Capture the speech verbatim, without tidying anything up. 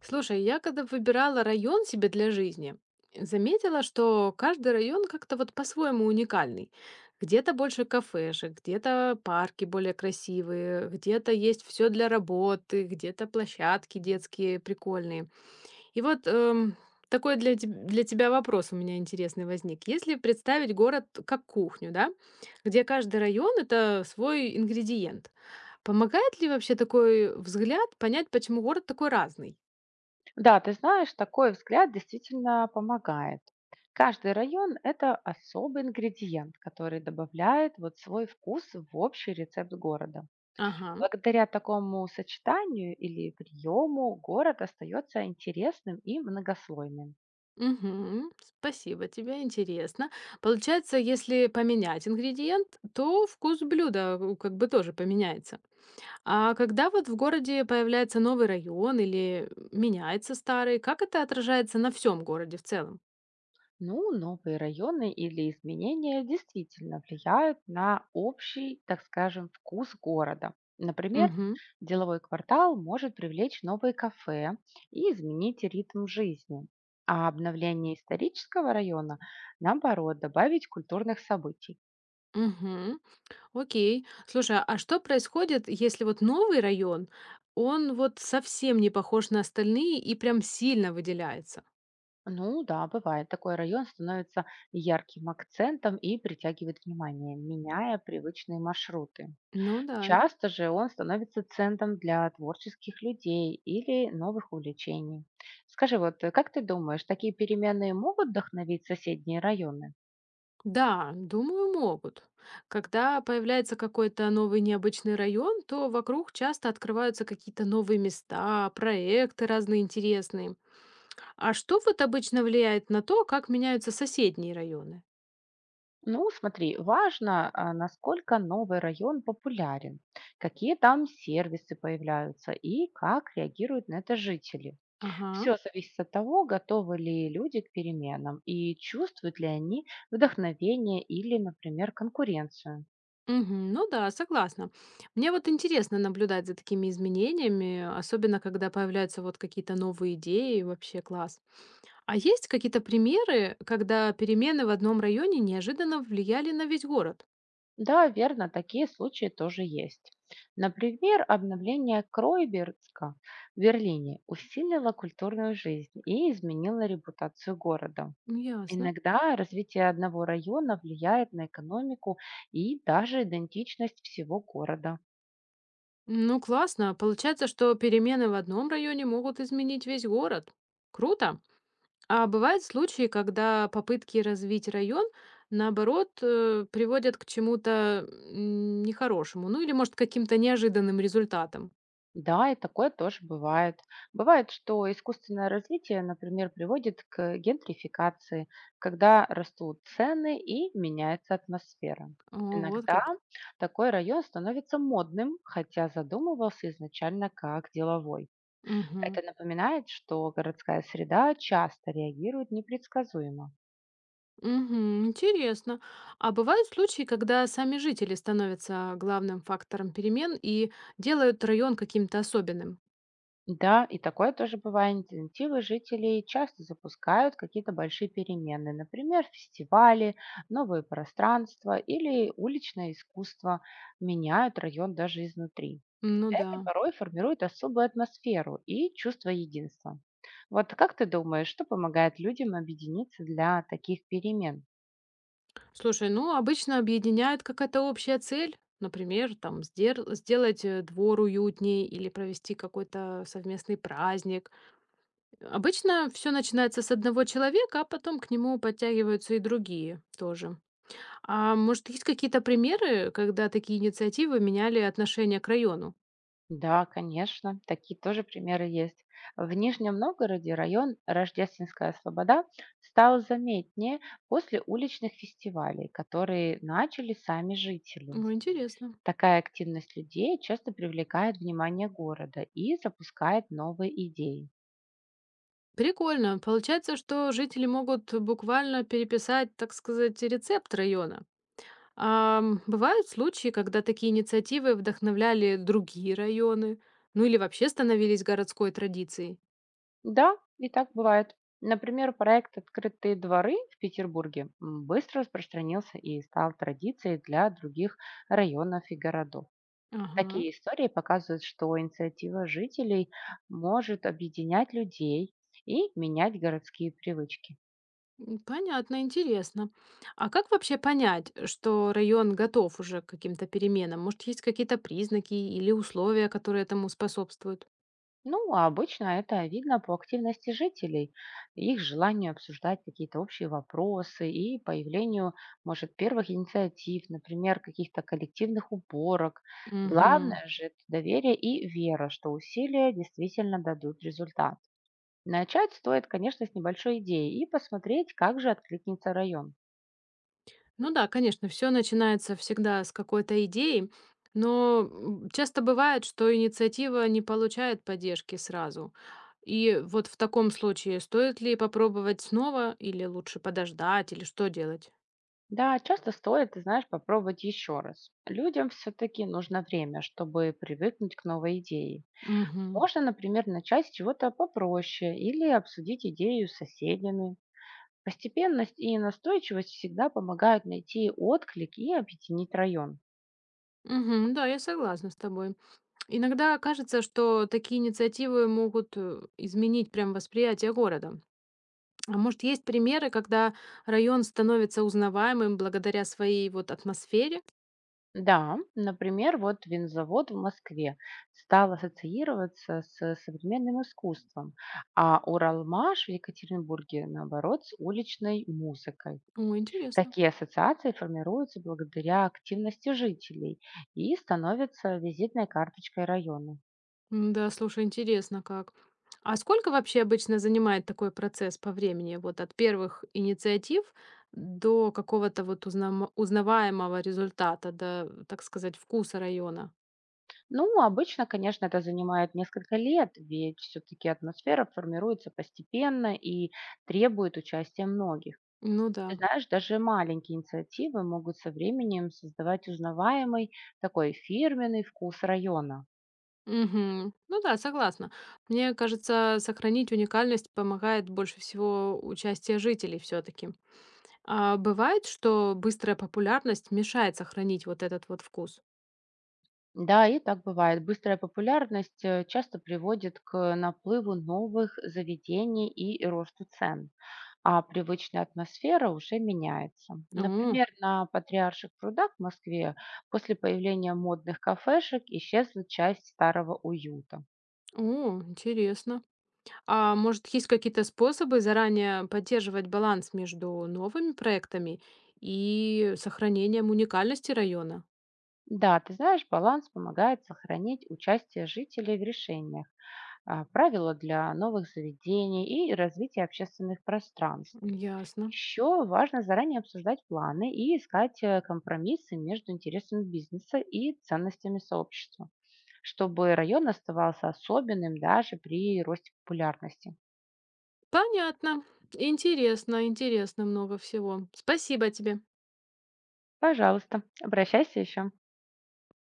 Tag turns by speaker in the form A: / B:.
A: Слушай, я когда выбирала район себе для жизни, заметила, что каждый район как-то вот по-своему уникальный. Где-то больше кафешек, где-то парки более красивые, где-то есть все для работы, где-то площадки детские прикольные. И вот эм, такой для, теб- для тебя вопрос у меня интересный возник. Если представить город как кухню, да, где каждый район это свой ингредиент, помогает ли вообще такой взгляд понять, почему город такой разный?
B: Да, ты знаешь, такой взгляд действительно помогает. Каждый район– это особый ингредиент, который добавляет вот свой вкус в общий рецепт города.
A: Ага.
B: Благодаря такому сочетанию или приему город остается интересным и многослойным.
A: Мгм. Спасибо тебе, интересно. Получается, если поменять ингредиент, то вкус блюда у- как бы тоже поменяется. А когда вот в городе появляется новый район или меняется старый, как это отражается на всем городе в целом?
B: Ну, новые районы или изменения действительно влияют на общий, так скажем, вкус города. Например,
A: Угу.
B: деловой квартал может привлечь новые кафе и изменить ритм жизни, а обновление исторического района, наоборот, добавить культурных событий.
A: Угу. Окей. Слушай, а что происходит, если вот новый район, он вот совсем не похож на остальные и прям сильно выделяется?
B: Ну да, бывает, такой район становится ярким акцентом и притягивает внимание, меняя привычные маршруты.
A: Ну да.
B: Часто же он становится центром для творческих людей или новых увлечений. Скажи, вот э, как ты думаешь, такие перемены могут вдохновить соседние районы?
A: Да, думаю, могут. Когда появляется какой-то новый необычный район, то вокруг часто открываются какие-то новые места, проекты разные интересные. А что вот обычно влияет на то, как меняются соседние районы?
B: Ну, смотри, важно, а, насколько новый район популярен, какие там сервисы появляются и как реагируют на это жители.
A: Ага.
B: Все зависит от того, готовы ли люди к переменам и чувствуют ли они вдохновение или, например, конкуренцию.
A: Мгм. Ну да, согласна. Мне вот интересно наблюдать за такими изменениями, особенно когда появляются вот какие-то новые идеи, вообще класс. А есть какие-то примеры, когда перемены в одном районе неожиданно влияли на весь город?
B: Да, верно, такие случаи тоже есть. Например, обновление Кройберска в Берлине усилило культурную жизнь и изменило репутацию города.
A: Ясно.
B: Иногда развитие одного района влияет на экономику и даже идентичность всего города.
A: Ну, классно. Получается, что перемены в одном районе могут изменить весь город. Круто. А бывают случаи, когда попытки развить район, наоборот, э, приводят к чему-то м, нехорошему, ну или, может, к каким-то неожиданным результатам.
B: Да, и такое тоже бывает. Бывает, что искусственное развитие, например, приводит к гентрификации, когда растут цены и меняется атмосфера.
A: О, вот
B: Иногда
A: как.
B: такой район становится модным, хотя задумывался изначально как деловой.
A: Мгм.
B: Это напоминает, что городская среда часто реагирует непредсказуемо.
A: Мгм. Интересно. А бывают случаи, когда сами жители становятся главным фактором перемен и делают район каким-то особенным?
B: Да, и такое тоже бывает. Инициативы жителей часто запускают какие-то большие перемены, например, фестивали, новые пространства или уличное искусство меняют район даже изнутри.
A: Ну да.
B: Это порой формирует особую атмосферу и чувство единства. Вот как ты думаешь, что помогает людям объединиться для таких перемен?
A: Слушай, ну, обычно объединяет какая-то общая цель. Например, там сдер- сделать э, двор уютнее или провести какой-то совместный праздник. Обычно все начинается с одного человека, а потом к нему подтягиваются и другие тоже. А может, есть какие-то примеры, когда такие инициативы меняли отношение к району?
B: Да, конечно, такие тоже примеры есть. В Нижнем Новгороде район Рождественская Слобода стал заметнее после уличных фестивалей, которые начали сами жители.
A: Ну, интересно.
B: Такая активность людей часто привлекает внимание города и запускает новые идеи.
A: Прикольно. Получается, что жители могут буквально переписать, так сказать, рецепт района. Ам, бывают случаи, когда такие инициативы вдохновляли другие районы, ну или вообще становились городской традицией.
B: Да, и так бывает. Например, проект «Открытые дворы» в Петербурге м, быстро распространился и стал традицией для других районов и городов.
A: Ага,
B: Такие истории показывают, что инициатива жителей может объединять людей и менять городские привычки.
A: м, понятно, интересно. А как вообще понять, что район готов уже к каким-то переменам? Может, есть какие-то признаки или условия, которые этому способствуют?
B: Ну, а обычно это видно по активности жителей, их желанию обсуждать какие-то общие вопросы и появлению, может, первых инициатив, например, каких-то коллективных уборок.
A: Угу.
B: Главное же– это доверие и вера, что усилия действительно дадут результат. Начать стоит, конечно, с небольшой идеи и посмотреть, как же откликнется район.
A: Ну да, конечно, все начинается всегда с какой-то идеи, но, м, часто бывает, что инициатива не получает поддержки сразу. И вот в таком случае стоит ли попробовать снова или лучше подождать, или что делать?
B: Да, часто стоит, ты знаешь, попробовать еще раз. Людям все-таки нужно время, чтобы привыкнуть к новой идее.
A: Угу,
B: Можно, например, начать с чего-то попроще или обсудить идею с соседями. Постепенность и настойчивость всегда помогают найти отклик и объединить район.
A: угу, да, я согласна с тобой. Иногда кажется, что такие инициативы могут, э, изменить прям восприятие города. А может, есть примеры, когда район становится узнаваемым благодаря своей вот атмосфере?
B: Да, например, вот винзавод в Москве стал ассоциироваться с современным искусством, а Уралмаш в Екатеринбурге, наоборот, с уличной музыкой.
A: О, интересно.
B: Такие ассоциации формируются благодаря активности жителей и становятся визитной карточкой района.
A: М-да, слушай, интересно как. А сколько вообще обычно занимает такой процесс по времени? Вот от первых инициатив до какого-то вот узнама узнаваемого результата, до, так сказать, вкуса района.
B: Ну, обычно, конечно, это занимает несколько лет, ведь все-таки атмосфера формируется постепенно и требует участия многих.
A: Ну да.
B: Ты знаешь, даже маленькие инициативы могут со временем создавать узнаваемый такой фирменный вкус района.
A: Мгм. Ну да, согласна. Мне кажется, сохранить уникальность помогает больше всего участие жителей все таки. А бывает, что быстрая популярность мешает сохранить вот этот вот вкус?
B: Да, и так бывает. Быстрая популярность э, часто приводит к наплыву новых заведений и росту цен. А привычная атмосфера уже меняется.
A: О,
B: Например, на Патриарших прудах в Москве после появления модных кафешек исчезла часть старого уюта.
A: о, интересно. А может, есть какие-то способы заранее поддерживать баланс между новыми проектами и сохранением уникальности района?
B: Да, ты знаешь, баланс помогает сохранить участие жителей в решениях, а, правила для новых заведений и развитие общественных пространств.
A: Ясно.
B: Еще важно заранее обсуждать планы и искать э, компромиссы между интересами бизнеса и ценностями сообщества, чтобы район оставался особенным даже при росте популярности.
A: Понятно. Интересно, интересно много всего. Спасибо тебе.
B: Пожалуйста, обращайся еще.